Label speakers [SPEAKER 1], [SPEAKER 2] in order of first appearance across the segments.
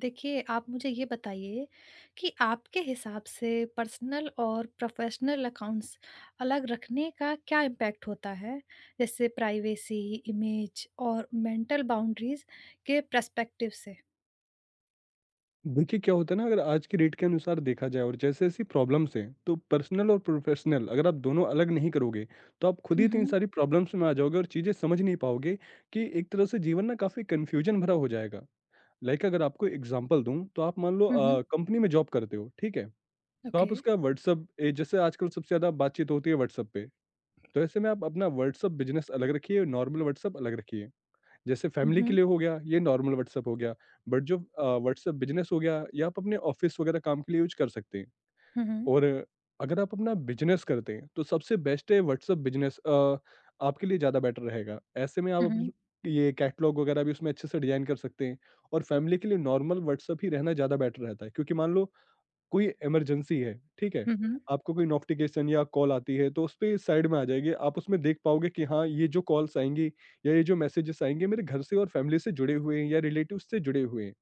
[SPEAKER 1] देखिए, आप मुझे ये बताइए कि आपके हिसाब से पर्सनल और प्रोफ़ेशनल अकाउंट्स अलग रखने का क्या इम्पैक्ट होता है? जैसे प्राइवेसी, इमेज और मेंटल बाउंड्रीज़ के पर्सपेक्टिव से?
[SPEAKER 2] देखिए, क्या होता है ना, अगर आज की रेट के अनुसार देखा जाए और जैसे ऐसी प्रॉब्लम्स हैं, तो पर्सनल और प्रोफेशनल अगर आप दोनों अलग नहीं करोगे तो आप खुद ही
[SPEAKER 1] हुँ,
[SPEAKER 2] इतनी
[SPEAKER 1] हुँ।
[SPEAKER 2] सारी प्रॉब्लम्स में आ जाओगे और चीज़ें समझ नहीं पाओगे कि एक तरह से जीवन ना काफ़ी कन्फ्यूजन भरा हो जाएगा। लाइक, अगर आपको एग्जाम्पल दूँ तो आप मान लो,
[SPEAKER 1] हुँ, हुँ।
[SPEAKER 2] कंपनी में जॉब करते हो, ठीक है। तो
[SPEAKER 1] ओके।
[SPEAKER 2] आप उसका व्हाट्सअप, जैसे आजकल सबसे ज़्यादा बातचीत होती है व्हाट्सअप पे, तो ऐसे में आप अपना व्हाट्सअप बिजनेस अलग रखिए और नॉर्मल व्हाट्सअप अलग रखिए। जैसे
[SPEAKER 1] हुँ,
[SPEAKER 2] फैमिली के
[SPEAKER 1] हुँ।
[SPEAKER 2] लिए हो गया ये नॉर्मल व्हाट्सएप हो गया, बट जो व्हाट्सएप बिजनेस हो गया ये आप अपने ऑफिस वगैरह काम के लिए यूज कर सकते हैं।
[SPEAKER 1] हुँ, हुँ।
[SPEAKER 2] और अगर आप अपना बिजनेस करते हैं तो सबसे बेस्ट है व्हाट्सएप बिजनेस, आपके लिए ज़्यादा बेटर रहेगा। ऐसे में आप
[SPEAKER 1] हुँ, हुँ।
[SPEAKER 2] ये कैटलॉग वगैरह भी उसमें अच्छे से डिजाइन कर सकते हैं। और फैमिली के लिए नॉर्मल व्हाट्सएप ही रहना ज़्यादा बेटर रहता है, क्योंकि मान लो कोई इमरजेंसी है, ठीक है?
[SPEAKER 1] हुँ, हुँ।
[SPEAKER 2] आपको कोई नोटिफ़िकेशन या कॉल आती है तो उसपे साइड में आ जाएगी। आप उसमें देख पाओगे कि हाँ, ये जो कॉल्स आएँगी या ये जो मैसेजेस आएँगे मेरे घर से और फैमिली से जुड़े हुए हैं या रिलेटिव्स से जुड़े हुए हैं।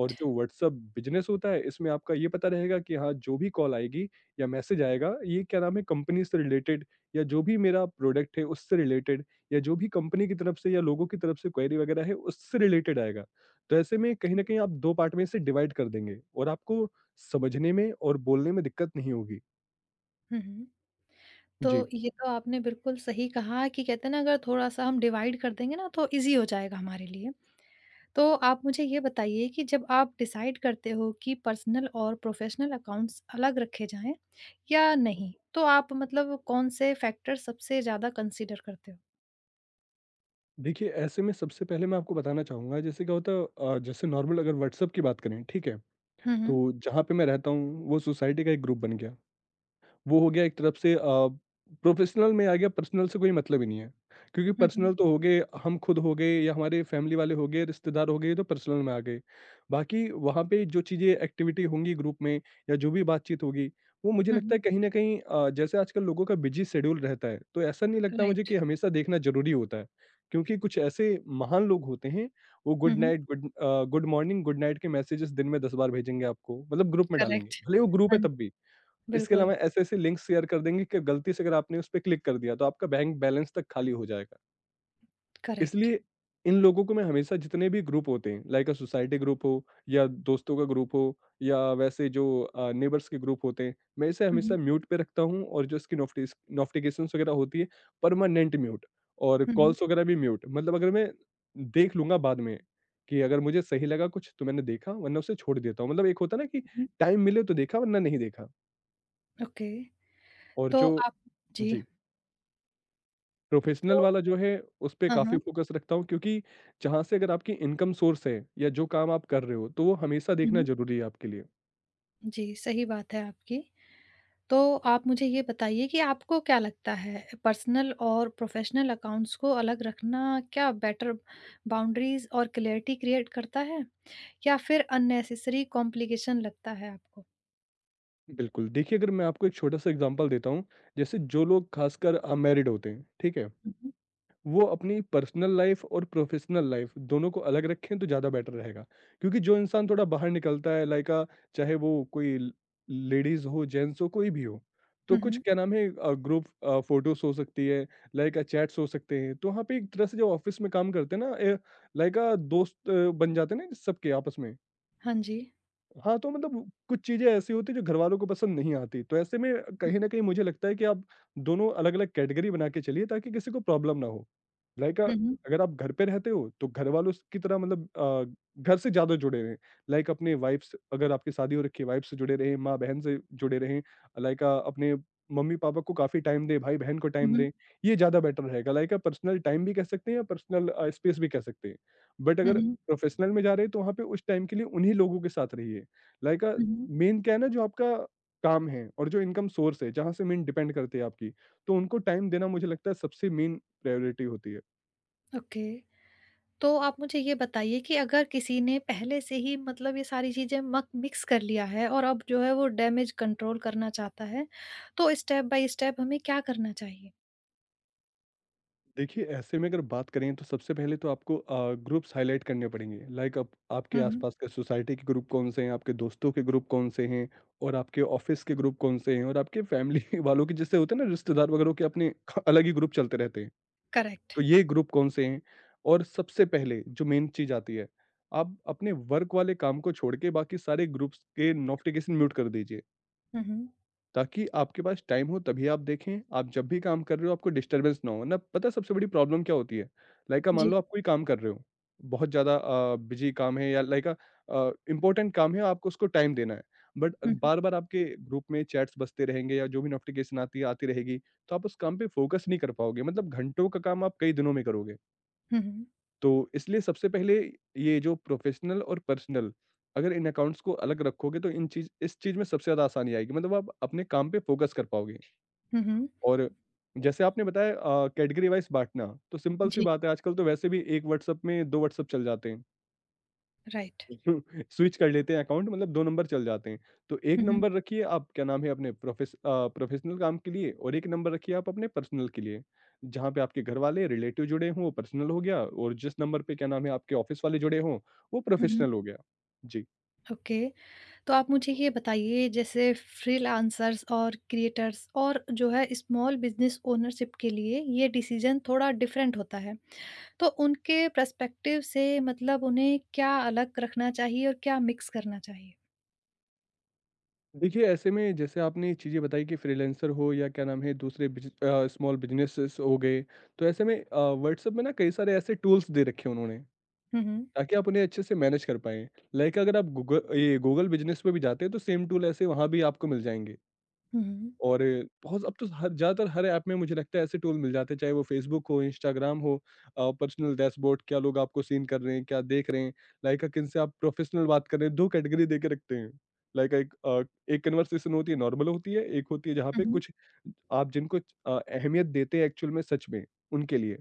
[SPEAKER 2] और जो व्हाट्सएप बिज़नेस होता है, इसमें आपका ये पता रहेगा कि हाँ, जो भी कॉल आएगी या मैसेज आएगा, ये क्या नाम है, कंपनी से रिलेटेड, या जो भी मेरा प्रोडक्ट है उससे रिलेटेड, या जो भी कंपनी की तरफ से या लोगों की तरफ से क्वेरी वगैरह है, उससे रिलेटेड आएगा। तो ऐसे में कहीं
[SPEAKER 1] ओके।
[SPEAKER 2] न कहीं आप 2 पार्ट में इसे डिवाइड कर देंगे और आपको समझने में और बोलने में दिक्कत नहीं होगी।
[SPEAKER 1] हुँ, हुँ। तो
[SPEAKER 2] जी।
[SPEAKER 1] ये तो आपने बिल्कुल सही कहा कि कहते हैं ना अगर थोड़ा-सा हम डिवाइड कर देंगे ना तो ईज़ी हो जाएगा हमारे लिए। तो आप मुझे ये बताइए कि जब आप डिसाइड करते हो कि पर्सनल और प्रोफेशनल अकाउंट्स अलग रखे जाएं या नहीं, तो आप मतलब कौन से फैक्टर सबसे ज़्यादा कंसीडर करते हो?
[SPEAKER 2] देखिए, ऐसे में सबसे पहले मैं आपको बताना चाहूँगा जैसे क्या होता है, जैसे नॉर्मल अगर व्हाट्सएप की बात करें, ठीक है?
[SPEAKER 1] हुँ, हुँ।
[SPEAKER 2] तो जहाँ पे मैं रहता हूँ, वो सोसाइटी का एक ग्रुप बन गया। वो हो गया एक तरफ से, प्रोफ़ेशनल में आ गया, पर्सनल से कोई मतलब ही नहीं है। क्योंकि
[SPEAKER 1] हुँ, हुँ।
[SPEAKER 2] पर्सनल तो हो गए, हम खुद हो गए या हमारे फैमिली वाले हो गए, रिश्तेदार हो गए, ये तो पर्सनल में आ गए। बाकी वहाँ पे जो चीज़ें एक्टिविटी होंगी ग्रुप में या जो भी बातचीत होगी, वो मुझे
[SPEAKER 1] हुँ,
[SPEAKER 2] लगता है
[SPEAKER 1] हुँ।
[SPEAKER 2] कहीं न कहीं, जैसे आजकल लोगों का बिज़ी शेड्यूल रहता है, तो ऐसा नहीं लगता मुझे
[SPEAKER 1] राइट।
[SPEAKER 2] कि हमेशा देखना ज़रूरी होता है। क्योंकि कुछ ऐसे महान लोग होते हैं, वो
[SPEAKER 1] हुँ,
[SPEAKER 2] गुड
[SPEAKER 1] हुँ।
[SPEAKER 2] Night, good morning, good night के मैसेजेस दिन में 10 बार भेजेंगे आपको, मतलब ग्रुप में डालेंगे,
[SPEAKER 1] करेक्ट।
[SPEAKER 2] भले ही वो ग्रुप है
[SPEAKER 1] हाँ जी,
[SPEAKER 2] तब भी। इसके
[SPEAKER 1] बिल्कुल,
[SPEAKER 2] अलावा ऐसे-ऐसे लिंक्स शेयर कर देंगे कि गलती से अगर आपने उस पे क्लिक कर दिया तो आपका बैंक बैलेंस तक खाली हो जाएगा।
[SPEAKER 1] करेक्ट।
[SPEAKER 2] इसलिए इन लोगों को, मैं हमेशा जितने भी ग्रुप होते हैं, लाइक अ सोसाइटी ग्रुप हो या दोस्तों का ग्रुप हो या वैसे जो नेबर्स के ग्रुप होते हैं, मैं इसे
[SPEAKER 1] हुँ,
[SPEAKER 2] हमेशा
[SPEAKER 1] हुँ।
[SPEAKER 2] म्यूट पे रखता हूँ। और जो इसकी नोटिस नोटिफिकेशंस वगैरह होती है, परमानेंट म्यूट। और
[SPEAKER 1] हुँ, हुँ।
[SPEAKER 2] कॉल्स वगैरह भी म्यूट, मतलब अगर मैं देख लूँगा बाद में, कि अगर मुझे सही लगा कुछ तो मैंने देखा वरना उसे छोड़ देता हूँ। मतलब एक होता है ना कि
[SPEAKER 1] हुँ,
[SPEAKER 2] टाइम मिले तो देखा वरना नहीं देखा।
[SPEAKER 1] ओके।
[SPEAKER 2] और
[SPEAKER 1] तो
[SPEAKER 2] जो
[SPEAKER 1] आप जी,
[SPEAKER 2] जी। प्रोफेशनल
[SPEAKER 1] तो
[SPEAKER 2] वाला जो है, उसपे
[SPEAKER 1] हाँ,
[SPEAKER 2] काफ़ी
[SPEAKER 1] हाँ।
[SPEAKER 2] फ़ोकस रखता हूँ, क्योंकि जहाँ से अगर आपकी इनकम सोर्स है या जो काम आप कर रहे हो, तो वो हमेशा
[SPEAKER 1] हुँ,
[SPEAKER 2] देखना
[SPEAKER 1] हुँ।
[SPEAKER 2] ज़रूरी है आपके लिए।
[SPEAKER 1] जी, सही बात है आपकी। तो आप मुझे ये बताइए कि आपको क्या लगता है पर्सनल और प्रोफेशनल अकाउंट्स को अलग रखना क्या बेटर बाउंड्रीज और क्लैरिटी क्रिएट करता है या फिर अननेसेसरी कॉम्प्लिकेशन लगता है आपको?
[SPEAKER 2] बिल्कुल। देखिए, अगर मैं आपको एक छोटा-सा एग्ज़ाम्पल देता हूँ, जैसे जो लोग ख़ासकर अनमैरिड होते हैं, ठीक है?
[SPEAKER 1] हुँ।
[SPEAKER 2] वो अपनी पर्सनल लाइफ और प्रोफेशनल लाइफ दोनों को अलग रखें तो ज़्यादा बेटर रहेगा। क्योंकि जो इंसान थोड़ा बाहर निकलता है, चाहे वो कोई ल लेडीज़ हो, जेंट्स हो, कोई भी हो। तो
[SPEAKER 1] हुँ,
[SPEAKER 2] कुछ
[SPEAKER 1] हुँ।
[SPEAKER 2] क्या नाम है, ग्रुप, फ़ोटोज़ हो सकती है, चैट्स हो सकते हैं। तो वहाँ पे एक तरह से जो ऑफ़िस में काम करते हैं ना, ए दोस्त बन जाते हैं ना सबके आपस में।
[SPEAKER 1] हाँ जी।
[SPEAKER 2] हाँ। तो मतलब कुछ चीज़ें ऐसी होती हैं जो घरवालों को पसंद नहीं आती, तो ऐसे में कहीं न कहीं मुझे लगता है कि आप दोनों अलग-अलग कैटेगरी बना के चलिए, ताकि किसी को प्रॉब्लम ना हो। लाइक अ,
[SPEAKER 1] हुँ, हुँ।
[SPEAKER 2] अगर आप घर पे रहते हो तो घरवालों स की तरह, मतलब घर से ज़्यादा जुड़े रहें। लाइक, अपने वाइफ से, अगर आपकी शादी हो रखी है, वाइफ से जुड़े रहें, माँ-बहन से जुड़े रहें, अपने मम्मी-पापा को काफ़ी टाइम दें, भाई-बहन को
[SPEAKER 1] हुँ,
[SPEAKER 2] टाइम
[SPEAKER 1] हुँ,
[SPEAKER 2] दें, ये ज़्यादा बेटर रहेगा। पर्सनल टाइम भी कह सकते हैं या पर्सनल स्पेस भी कह सकते हैं। बट अगर
[SPEAKER 1] हुँ।
[SPEAKER 2] प्रोफ़ेशनल में जा रहे हैं तो वहाँ पे उस टाइम के लिए उन्हीं लोगों के साथ रहिए। लाइक अ,
[SPEAKER 1] हुँ, हुँ।
[SPEAKER 2] मेन क्या है ना, जो आपका काम है और जो इनकम सोर्स है जहाँ से मेन डिपेंड करती है आपकी, तो उनको टाइम देना मुझे लगता है सबसे मेन प्रायोरिटी होती है।
[SPEAKER 1] ओके। तो आप मुझे ये बताइए कि अगर किसी ने पहले से ही मतलब ये सारी चीज़ें मक मिक्स कर लिया है और अब जो है वो डैमेज कंट्रोल करना चाहता है, तो स्टेप बाय स्टेप हमें क्या करना चाहिए?
[SPEAKER 2] देखिए, ऐसे में अगर बात करें तो सबसे पहले तो आपको, ग्रुप्स हाइलाइट करने पड़ेंगे। लाइक, आप आपके
[SPEAKER 1] हुँ, हुँ।
[SPEAKER 2] आसपास के सोसाइटी के ग्रुप कौन से हैं, आपके दोस्तों के ग्रुप कौन से हैं और आपके ऑफ़िस के ग्रुप कौन से हैं, और आपके फैमिली वालों के, जैसे होते हैं ना रिश्तेदार वगैरह के, अपने ख अलग ही ग्रुप चलते रहते हैं।
[SPEAKER 1] करेक्ट।
[SPEAKER 2] तो ये ग्रुप कौन से हैं, और सबसे पहले जो मेन चीज़ आती है, आप अपने वर्क वाले काम को छोड़ के बाकी सारे ग्रुप्स के नोटिफ़िकेशन म्यूट कर दीजिए,
[SPEAKER 1] हुँ, हुँ।
[SPEAKER 2] ताकि आपके पास टाइम हो तभी आप देखें। आप जब भी काम कर रहे हो आपको डिस्टर्बेंस ना हो, ना, पता है सबसे बड़ी प्रॉब्लम क्या होती है? मान
[SPEAKER 1] जी।
[SPEAKER 2] लो आप कोई काम कर रहे हो, बहुत ज़्यादा बिज़ी काम है, या इम्पोर्टेंट काम है, आपको उसको टाइम देना है, बट
[SPEAKER 1] हुँ, हुँ।
[SPEAKER 2] बार-बार आपके ग्रुप में चैट्स बजते रहेंगे या जो भी नोटिफ़िकेशन आती है आती रहेगी, तो आप उस काम पे फ़ोकस नहीं कर पाओगे, मतलब घंटों का काम आप कई दिनों में करोगे।
[SPEAKER 1] हुँ, हुँ।
[SPEAKER 2] तो इसलिए सबसे पहले, ये जो प्रोफेशनल और पर्सनल, अगर इन अकाउंट्स को अलग रखोगे तो इन चीज इस चीज में सबसे ज्यादा आसानी आएगी, मतलब आप अपने काम पे फोकस कर पाओगे।
[SPEAKER 1] हुँ, हुँ।
[SPEAKER 2] और जैसे आपने बताया, कैटेगरी वाइज बांटना, तो सिंपल सी
[SPEAKER 1] जी,
[SPEAKER 2] बात है, आजकल तो वैसे भी एक व्हाट्सएप में दो व्हाट्सएप चल जाते हैं।
[SPEAKER 1] राइट।
[SPEAKER 2] स्विच कर लेते हैं अकाउंट, मतलब 2 नंबर चल जाते हैं। तो 1
[SPEAKER 1] हुँ, हुँ।
[SPEAKER 2] नंबर रखिए आप, क्या नाम है, अपने प्रोफेशनल काम के लिए, और 1 नंबर रखिए आप अपने पर्सनल के लिए। जहाँ पे आपके घरवाले, रिलेटिव जुड़े हों, वो पर्सनल हो गया, और जिस नंबर पे क्या नाम है आपके ऑफ़िस वाले जुड़े हों, वो
[SPEAKER 1] हुँ, हुँ।
[SPEAKER 2] प्रोफेशनल हो गया। जी।
[SPEAKER 1] ओके, तो आप मुझे ये बताइए जैसे फ्रीलांसर्स और क्रिएटर्स और जो है स्मॉल बिज़नेस ओनरशिप के लिए ये डिसीज़न थोड़ा डिफरेंट होता है। तो उनके पर्सपेक्टिव से मतलब उन्हें क्या अलग रखना चाहिए और क्या मिक्स करना चाहिए?
[SPEAKER 2] देखिए, ऐसे में जैसे आपने चीज़ें बताई कि फ्रीलांसर हो या क्या नाम है, दूसरे स्मॉल बिज़नेसेस हो गए, तो ऐसे में व्हाट्सऐप में ना कई सारे ऐसे टूल्स दे रखे हैं उन्होंने,
[SPEAKER 1] हुँ, हुँ।
[SPEAKER 2] ताकि आप उन्हें अच्छे से मैनेज कर पाएँ। लाइक, अगर आप गूग ये गूगल बिज़नेस पे भी जाते हैं तो सेम टूल ऐसे वहाँ भी आपको मिल जाएँगे।
[SPEAKER 1] हुँ, हुँ।
[SPEAKER 2] और बहुत, अब तो हर, ज़्यादातर हर ऐप में मुझे लगता है ऐसे टूल मिल जाते हैं, चाहे वो फ़ेसबुक हो, इंस्टाग्राम हो, पर्सनल डैशबोर्ड, क्या लोग आपको सीन कर रहे हैं, क्या देख रहे हैं, लाइक किनसे आप प्रोफेशनल बात कर रहे हैं, 2 कैटेगरी देके रखते हैं। लाइक एक कन्वर्सेशन होती है, नॉर्मल होती है, एक होती है जहाँ
[SPEAKER 1] हुँ,
[SPEAKER 2] पे
[SPEAKER 1] हुँ।
[SPEAKER 2] कुछ आप जिनको अहमियत देते हैं, एक्चुअल में सच में, उनके लिए।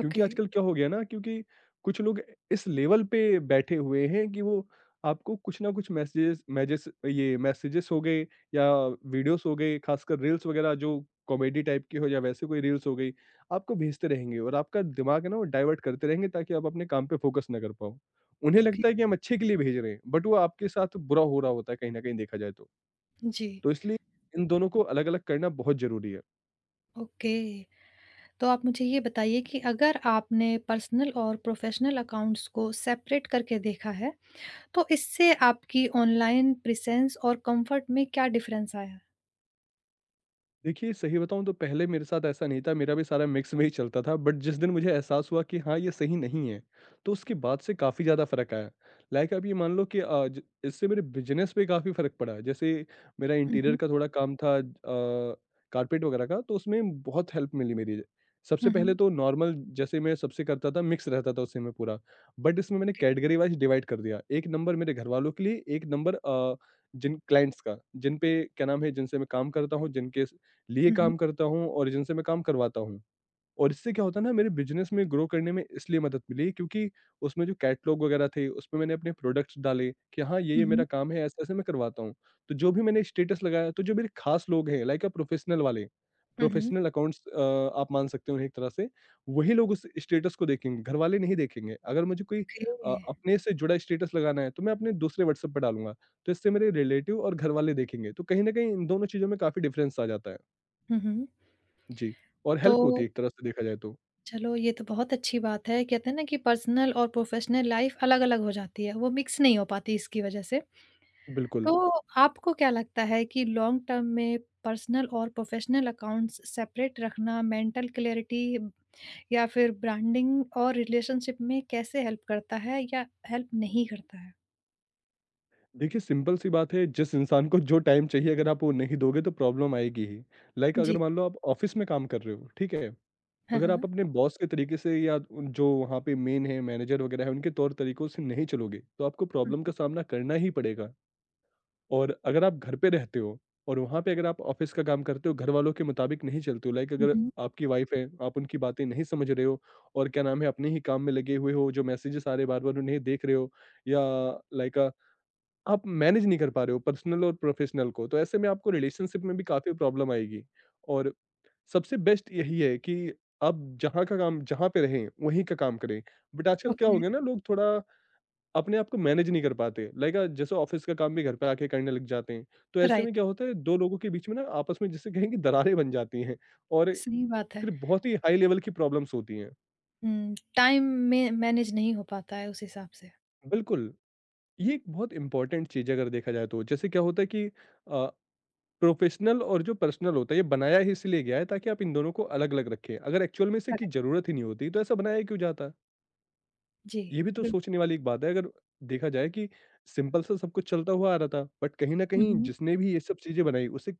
[SPEAKER 2] क्योंकि
[SPEAKER 1] ओके,
[SPEAKER 2] आजकल क्या हो गया ना, क्योंकि कुछ लोग इस लेवल पे बैठे हुए हैं कि वो आपको कुछ ना कुछ मैसेजेस, मैजेस ये मैसेजेस हो गए या वीडियोस हो गए, खासकर रील्स वगैरह जो कॉमेडी टाइप की हो या वैसे कोई रील्स हो गई, आपको भेजते रहेंगे, और आपका दिमाग है ना, वो डाइवर्ट करते रहेंगे, ताकि आप अपने काम पे फोकस ना कर पाओ। उन्हें
[SPEAKER 1] ओके।
[SPEAKER 2] लगता है कि हम अच्छे के लिए भेज रहे हैं, बट वो आपके साथ बुरा हो रहा होता है, कहीं ना कहीं देखा जाए तो।
[SPEAKER 1] जी,
[SPEAKER 2] तो इसलिए इन दोनों को अलग अलग करना बहुत जरूरी है।
[SPEAKER 1] ओके। तो आप मुझे ये बताइए कि अगर आपने पर्सनल और प्रोफेशनल अकाउंट्स को सेपरेट करके देखा है, तो इससे आपकी ऑनलाइन प्रेज़ेंस और कंफर्ट में क्या डिफ़रेंस आया?
[SPEAKER 2] देखिए, सही बताऊँ तो पहले मेरे साथ ऐसा नहीं था, मेरा भी सारा मिक्स में ही चलता था, बट जिस दिन मुझे एहसास हुआ कि हाँ, ये सही नहीं है, तो उसके बाद से काफ़ी ज़्यादा फ़र्क आया। लाइक, आप ये मान लो कि अ, ज इससे मेरे बिज़नेस पे काफ़ी फ़र्क पड़ा। जैसे मेरा
[SPEAKER 1] हुँ,
[SPEAKER 2] इंटीरियर
[SPEAKER 1] हुँ।
[SPEAKER 2] का थोड़ा काम था, कारपेट वगैरह का, तो उसमें बहुत हेल्प मिली मेरी। सबसे
[SPEAKER 1] हुँ,
[SPEAKER 2] पहले
[SPEAKER 1] हुँ।
[SPEAKER 2] तो नॉर्मल जैसे मैं सबसे करता था, मिक्स रहता था, उससे मैं पूरा, बट इसमें मैंने
[SPEAKER 1] ओके।
[SPEAKER 2] कैटेगरी वाइज़ डिवाइड कर दिया। एक नंबर मेरे घरवालों के लिए, एक नंबर जिन क्लाइंट्स का, जिन पे क्या नाम है, जिनसे मैं काम करता हूँ, जिनके लिए
[SPEAKER 1] हुँ, हुँ।
[SPEAKER 2] काम करता हूँ और जिनसे मैं काम करवाता हूँ। और इससे क्या होता है ना मेरे बिज़नेस में ग्रो करने में इसलिए मदद मिली क्योंकि उसमें जो कैटलॉग वगैरह थे, उसमें मैंने अपने प्रोडक्ट्स डाले कि हाँ,
[SPEAKER 1] हुँ,
[SPEAKER 2] ये-ये
[SPEAKER 1] हुँ।
[SPEAKER 2] मेरा काम है, ऐसे-ऐसे मैं करवाता हूँ। तो जो भी मैंने स्टेटस लगाया, तो जो मेरे खास लोग हैं लाइक प्रोफ़ेशनल वाले,
[SPEAKER 1] हुँ, हुँ।
[SPEAKER 2] प्रोफ़ेशनल अकाउंट्स आप मान सकते हो उन्हें एक तरह से, वही लोग उस स्टेटस को देखेंगे, घरवाले नहीं देखेंगे। अगर मुझे कोई
[SPEAKER 1] ओके।
[SPEAKER 2] अपने से जुड़ा स्टेटस लगाना है, तो मैं अपने दूसरे व्हाट्सएप पे डालूँगा। तो इससे मेरे रिलेटिव और घरवाले देखेंगे। तो कहीं न कहीं इन दोनों चीज़ों में काफ़ी डिफ़रेंस आ जाता है।
[SPEAKER 1] हुँ, हुँ।
[SPEAKER 2] जी, और हेल्प होती
[SPEAKER 1] तो
[SPEAKER 2] है एक तरह से देखा जाए तो।
[SPEAKER 1] चलो ये तो बहुत अच्छी बात है। कहते हैं ना कि पर्सनल और प्रोफेशनल लाइफ़ अलग-अलग हो जाती है, वो मिक्स नहीं हो पाती इसकी वज़ह से। तो
[SPEAKER 2] बिल्कुल।
[SPEAKER 1] आपको क्या लगता है कि लॉन्ग टर्म में पर्सनल और प्रोफेशनल अकाउंट्स सेपरेट रखना मेंटल क्लैरिटी या फिर ब्रांडिंग और रिलेशनशिप में कैसे हेल्प करता है या हेल्प नहीं करता है?
[SPEAKER 2] देखिए सिंपल सी बात है जिस इंसान को जो टाइम चाहिए अगर आप वो नहीं दोगे तो प्रॉब्लम आएगी ही। लाइक अगर
[SPEAKER 1] जी,
[SPEAKER 2] मान लो आप ऑफ़िस में काम कर रहे हो, ठीक है?
[SPEAKER 1] हाँ,
[SPEAKER 2] अगर आप
[SPEAKER 1] हाँ।
[SPEAKER 2] अपने बॉस के तरीके से या उन जो वहाँ पे मेन है मैनेजर वगैरह है उनके तौर तरीकों से नहीं चलोगे, तो आपको
[SPEAKER 1] हुँ,
[SPEAKER 2] प्रॉब्लम का सामना करना ही पड़ेगा। और अगर आप घर पे रहते हो और वहाँ पे अगर आप ऑफिस का काम करते हो, घर वालों के मुताबिक नहीं चलते हो, लाइक
[SPEAKER 1] हुँ,
[SPEAKER 2] अगर
[SPEAKER 1] हुँ।
[SPEAKER 2] आपकी वाइफ है, आप उनकी बातें नहीं समझ रहे हो और क्या नाम है, अपने ही काम में लगे हुए हो, जो मैसेजेस आ रहे हैं बार-बार उन्हें देख रहे हो या लाइक अ, आप मैनेज नहीं कर पा रहे हो पर्सनल और प्रोफेशनल को, तो ऐसे में आपको रिलेशनशिप में भी काफ़ी प्रॉब्लम आएगी। और सबसे बेस्ट यही है कि आप जहाँ का काम जहाँ पे रहें, वहीं का काम करें। बट आजकल क्या हो
[SPEAKER 1] ओके,
[SPEAKER 2] गया ना, लोग थोड़ा अपने आप को मैनेज नहीं कर पाते। जैसे ऑफ़िस का काम भी घर पे आके करने लग जाते हैं। तो ऐसे में
[SPEAKER 1] राइट,
[SPEAKER 2] क्या होता है 2 लोगों के बीच में ना आपस में जिसे कहें कि दरारें बन जाती हैं और
[SPEAKER 1] सही बात है।
[SPEAKER 2] फिर बहुत ही हाई लेवल की प्रॉब्लम्स होती हैं।
[SPEAKER 1] हुँ, टाइम में मैनेज नहीं हो पाता है उस हिसाब से।
[SPEAKER 2] बिल्कुल, ये एक बहुत इम्पोर्टेंट चीज़ है अगर देखा जाए तो। जैसे क्या होता है अ, प्रोफ़ेशनल और जो पर्सनल होता है ये बनाया ही इसलिए गया है ताकि आप इन दोनों को अलग-अलग रखें। अगर एक्चुअल में इसे की
[SPEAKER 1] करेक्ट,
[SPEAKER 2] ज़रूरत ही नहीं होती तो ऐसा बनाया ही क्यों जाता?
[SPEAKER 1] जी,
[SPEAKER 2] ये भी तो
[SPEAKER 1] बिल
[SPEAKER 2] सोचने वाली एक बात है अगर देखा जाए कि सिंपल सा सब कुछ चलता हुआ आ रहा था बट कहीं ना
[SPEAKER 1] हुँ,
[SPEAKER 2] कहीं
[SPEAKER 1] हुँ।
[SPEAKER 2] जिसने भी ये सब चीजें बनाई उसे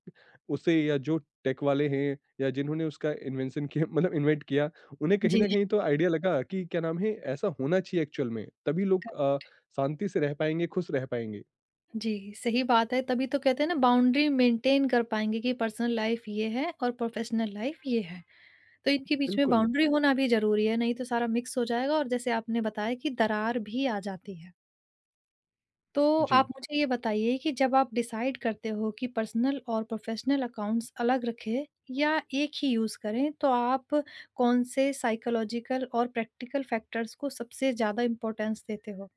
[SPEAKER 2] उसे या जो टेक वाले हैं या जिन्होंने उसका इन्वेंशन किया मतलब इन्वेंट किया उन्हें कहीं
[SPEAKER 1] जी,
[SPEAKER 2] ना कहीं तो आइडिया लगा कि क्या नाम है ऐसा होना चाहिए एक्चुअल में तभी लोग शांति से रह पाएंगे खुश रह पाएंगे
[SPEAKER 1] जी, सही बात है, तभी तो कहते हैं ना बाउंड्री मेंटेन कर पाएँगे कि पर्सनल लाइफ़ ये है और प्रोफेशनल लाइफ़ ये है। तो इनके बीच में
[SPEAKER 2] बिल्कुल
[SPEAKER 1] बाउंड्री होना भी ज़रूरी है, नहीं तो सारा मिक्स हो जाएगा और जैसे आपने बताया कि दरार भी आ जाती है। तो
[SPEAKER 2] जी
[SPEAKER 1] आप मुझे ये बताइए कि जब आप डिसाइड करते हो कि पर्सनल और प्रोफेशनल अकाउंट्स अलग रखें या एक ही यूज़ करें, तो आप कौन से साइकोलॉजिकल और प्रैक्टिकल फैक्टर्स को सबसे ज़्यादा इम्पोर्टेंस देते हो?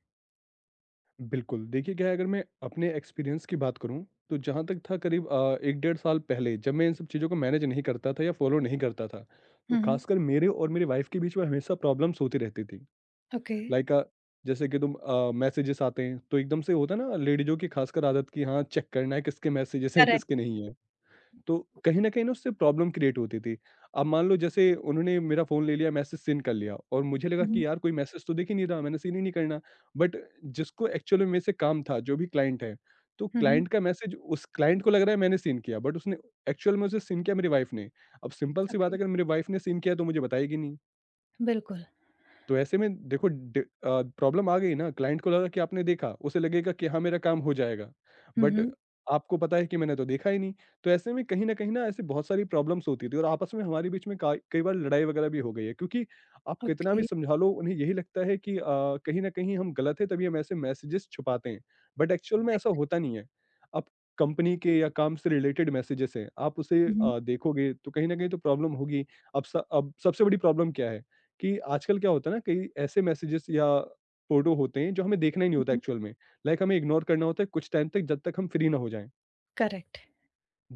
[SPEAKER 2] बिल्कुल, देखिए क्या है अगर मैं अपने एक्सपीरियंस की बात करूँ, तो जहाँ तक था करीब 1 डेढ़ साल पहले जब मैं इन सब चीज़ों को मैनेज नहीं करता था या फ़ॉलो नहीं करता था, तो
[SPEAKER 1] हुँ, हुँ,
[SPEAKER 2] ख़ासकर मेरे और मेरी वाइफ़ के बीच में हमेशा प्रॉब्लम्स होती रहती थी।
[SPEAKER 1] ओके,
[SPEAKER 2] लाइक अ, जैसे कि मैसेजेस आते हैं, तो एकदम से होता है ना लेडीज़ों की ख़ासकर आदत कि हाँ, चेक करना है किसके मैसेजेस हैं,
[SPEAKER 1] करेक्ट,
[SPEAKER 2] किसके नहीं है। तो कहीं न कहीं ना उससे प्रॉब्लम क्रिएट होती थी। अब मान लो जैसे उन्होंने मेरा फ़ोन ले लिया, मैसेज सीन कर लिया और मुझे लगा
[SPEAKER 1] हुँ,
[SPEAKER 2] कि
[SPEAKER 1] हुँ,
[SPEAKER 2] यार कोई मैसेज तो दिख ही नहीं रहा, मैंने सीन ही नहीं करना। बट जिसको एक्चुअली मेरे से काम था, जो भी क्लाइंट है, तो
[SPEAKER 1] हुँ, हुँ,
[SPEAKER 2] क्लाइंट का मैसेज उस क्लाइंट को लग रहा है मैंने सीन किया बट उसने एक्चुअल में उसे सीन किया मेरी वाइफ़ ने। अब सिंपल सी बात
[SPEAKER 1] ओके,
[SPEAKER 2] है अगर मेरी वाइफ़ ने सीन किया तो मुझे बताएगी नहीं।
[SPEAKER 1] बिल्कुल,
[SPEAKER 2] तो ऐसे में देखो प्रॉब्लम आ गई ना, क्लाइंट को लगा कि आपने देखा, उसे लगेगा कि हाँ, मेरा काम हो जाएगा,
[SPEAKER 1] हुँ,
[SPEAKER 2] बट
[SPEAKER 1] हुँ,
[SPEAKER 2] आपको पता है कि मैंने तो देखा ही नहीं। तो ऐसे में कहीं न कहीं ना ऐसी बहुत सारी प्रॉब्लम्स होती थी और आपस में हमारे बीच में काई कई बार लड़ाई वगैरह भी हो गई है क्योंकि आप कितना भी
[SPEAKER 1] ओके,
[SPEAKER 2] समझा लो, उन्हें यही लगता है कि कहीं न कहीं हम गलत हैं, तभी हम ऐसे मैसेजेज़ छुपाते हैं, बट एक्चुअल में ऐसा
[SPEAKER 1] करेक्ट,
[SPEAKER 2] होता नहीं है। अब कंपनी के या काम से रिलेटेड मैसेजेज़ हैं, आप उसे
[SPEAKER 1] हुँ, हुँ,
[SPEAKER 2] अ, देखोगे तो कहीं न कहीं तो प्रॉब्लम होगी। अब सबसे बड़ी प्रॉब्लम क्या है? कि आजकल क्या होता है ना कई ऐसे मैसेजेस या फ़ोटो होते हैं जो हमें देखना ही नहीं
[SPEAKER 1] हुँ,
[SPEAKER 2] होता
[SPEAKER 1] हुँ,
[SPEAKER 2] एक्चुअल में। लाइक हमें इग्नोर करना होता है कुछ टाइम तक जब तक हम फ्री ना हो जाएँ।
[SPEAKER 1] करेक्ट,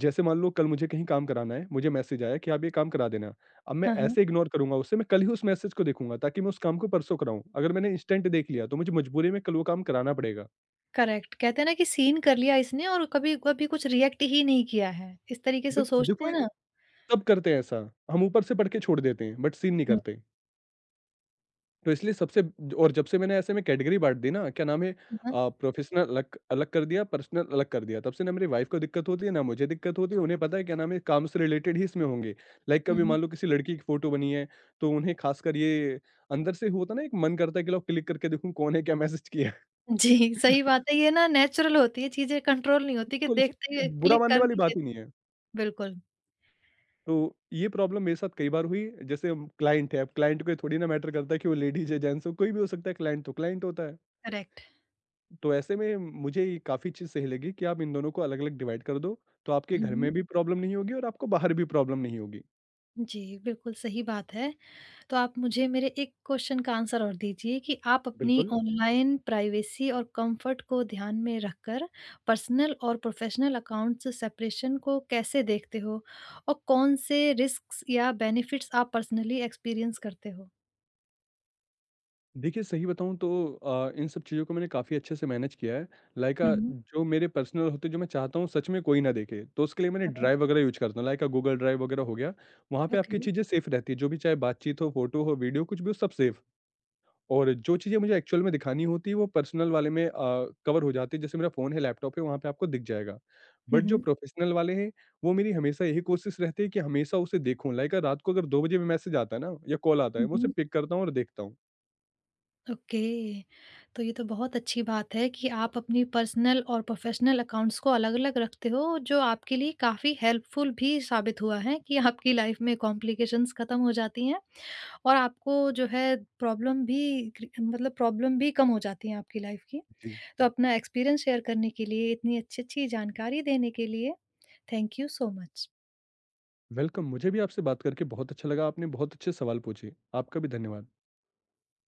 [SPEAKER 2] जैसे मान लो कल मुझे कहीं काम कराना है, मुझे मैसेज आया कि आप ये काम करा देना। अब मैं
[SPEAKER 1] हाँ, हाँ,
[SPEAKER 2] ऐसे इग्नोर करूँगा उसे, मैं कल ही उस मैसेज को देखूँगा ताकि मैं उस काम को परसों कराऊँ। अगर मैंने इंस्टेंट देख लिया तो मुझे मजबूरी में कल वो काम कराना पड़ेगा।
[SPEAKER 1] करेक्ट, कहते हैं ना कि सीन कर लिया इसने और कभी कभी कुछ रिएक्ट ही नहीं किया है, इस तरीके से
[SPEAKER 2] बिल्क
[SPEAKER 1] सोचते
[SPEAKER 2] देखो
[SPEAKER 1] हैं
[SPEAKER 2] ये
[SPEAKER 1] ना?
[SPEAKER 2] सब करते हैं ऐसा, हम ऊपर से पढ़ के छोड़ देते हैं बट सीन नहीं
[SPEAKER 1] हुँ,
[SPEAKER 2] करते। तो इसलिए सबसे और जब से मैंने ऐसे में कैटेगरी बाँट दी ना, क्या नाम है
[SPEAKER 1] हाँ, हाँ,
[SPEAKER 2] प्रोफ़ेशनल अलग अलग कर दिया, पर्सनल अलग कर दिया। तब से ना मेरी वाइफ़ को दिक्कत होती है, ना मुझे दिक्कत होती है। उन्हें पता है क्या नाम है काम से रिलेटेड ही इसमें होंगे। लाइक
[SPEAKER 1] हुँ,
[SPEAKER 2] कभी
[SPEAKER 1] हुँ।
[SPEAKER 2] मान लो किसी लड़की की फ़ोटो बनी है, तो उन्हें ख़ासकर ये अंदर से होता है ना एक मन करता है कि लाओ क्लिक करके देखूँ कौन है, क्या मैसेज किया है।
[SPEAKER 1] जी, सही बात है। ये ना नेचुरल होती है, चीज़ें कंट्रोल नहीं होती कि
[SPEAKER 2] बिल्कुल
[SPEAKER 1] देखते ही
[SPEAKER 2] इसमें बुरा
[SPEAKER 1] क्लिक
[SPEAKER 2] मानने
[SPEAKER 1] कर
[SPEAKER 2] वाली
[SPEAKER 1] ही
[SPEAKER 2] बात ही
[SPEAKER 1] देते
[SPEAKER 2] नहीं
[SPEAKER 1] हैं।
[SPEAKER 2] है।
[SPEAKER 1] बिल्कुल,
[SPEAKER 2] तो ये प्रॉब्लम मेरे साथ कई बार हुई। जैसे हम क्लाइंट है, अब क्लाइंट को ये थोड़ी ना मैटर करता है कि वो लेडीज़ है, जेंट्स हो, कोई भी हो सकता है क्लाइंट तो क्लाइंट होता है।
[SPEAKER 1] करेक्ट।
[SPEAKER 2] तो ऐसे में मुझे ये काफ़ी चीज़ सही लगी कि आप इन दोनों को अलग-अलग डिवाइड कर दो, तो आपके घर में
[SPEAKER 1] हुँ,
[SPEAKER 2] भी प्रॉब्लम नहीं होगी और आपको बाहर भी प्रॉब्लम नहीं होगी।
[SPEAKER 1] जी, बिल्कुल सही बात है। तो आप मुझे मेरे एक क्वेश्चन का आंसर और दीजिए कि आप अपनी
[SPEAKER 2] बिल्कुल।
[SPEAKER 1] ऑनलाइन प्राइवेसी और कम्फ़र्ट को ध्यान में रखकर पर्सनल और प्रोफ़ेशनल अकाउंट्स सेपरेशन को कैसे देखते हो? और कौन से रिस्क्स या बेनिफिट्स आप पर्सनली एक्सपीरियंस करते हो?
[SPEAKER 2] देखिए, सही बताऊँ तो इन सब चीज़ों को मैंने काफ़ी अच्छे से मैनेज किया है।
[SPEAKER 1] हुँ, हुँ।
[SPEAKER 2] जो मेरे पर्सनल होते हैं, जो मैं चाहता हूँ सच में कोई ना देखे, तो उसके लिए मैंने
[SPEAKER 1] हाँ,
[SPEAKER 2] ड्राइव वगैरह यूज़ करता हूँ। गूगल ड्राइव वगैरह हो गया, वहाँ पे आपकी
[SPEAKER 1] ओके।
[SPEAKER 2] चीज़ें सेफ़ रहती हैं, जो भी चाहे बातचीत हो, फ़ोटो हो, वीडियो कुछ भी हो, सब सेफ़। और जो चीज़ें मुझे एक्चुअल में दिखानी होती है वो पर्सनल वाले में कवर हो जाती है जैसे मेरा फ़ोन है, लैपटॉप है वहाँ पे आपको दिख जाएगा। बट जो
[SPEAKER 1] हुँ,
[SPEAKER 2] प्रोफ़ेशनल वाले हैं वो मेरी हमेशा यही कोशिश रहती है कि हमेशा उसे देखूँ लाइक रात को अगर 2 बजे भी मैसेज आता है ना या कॉल आता है मैं उसे
[SPEAKER 1] हुँ।
[SPEAKER 2] पिक करता हूँ और देखता हूँ।
[SPEAKER 1] ओके, तो ये तो बहुत अच्छी बात है कि आप अपनी पर्सनल और प्रोफेशनल अकाउंट्स को अलग-अलग रखते हो जो आपके लिए काफ़ी हेल्पफुल भी साबित हुआ है कि आपकी लाइफ में कॉम्प्लिकेशंस ख़त्म हो जाती हैं और आपको जो है प्रॉब्लम भी मतलब प्रॉब्लम भी कम हो जाती है आपकी लाइफ की।
[SPEAKER 2] जी।
[SPEAKER 1] तो अपना एक्सपीरियंस शेयर करने के लिए इतनी अच्छी अच्छी जानकारी देने के लिए thank you so much.
[SPEAKER 2] Welcome मुझे भी आपसे बात करके बहुत अच्छा लगा। आपने बहुत अच्छे सवाल पूछे। आपका भी धन्यवाद।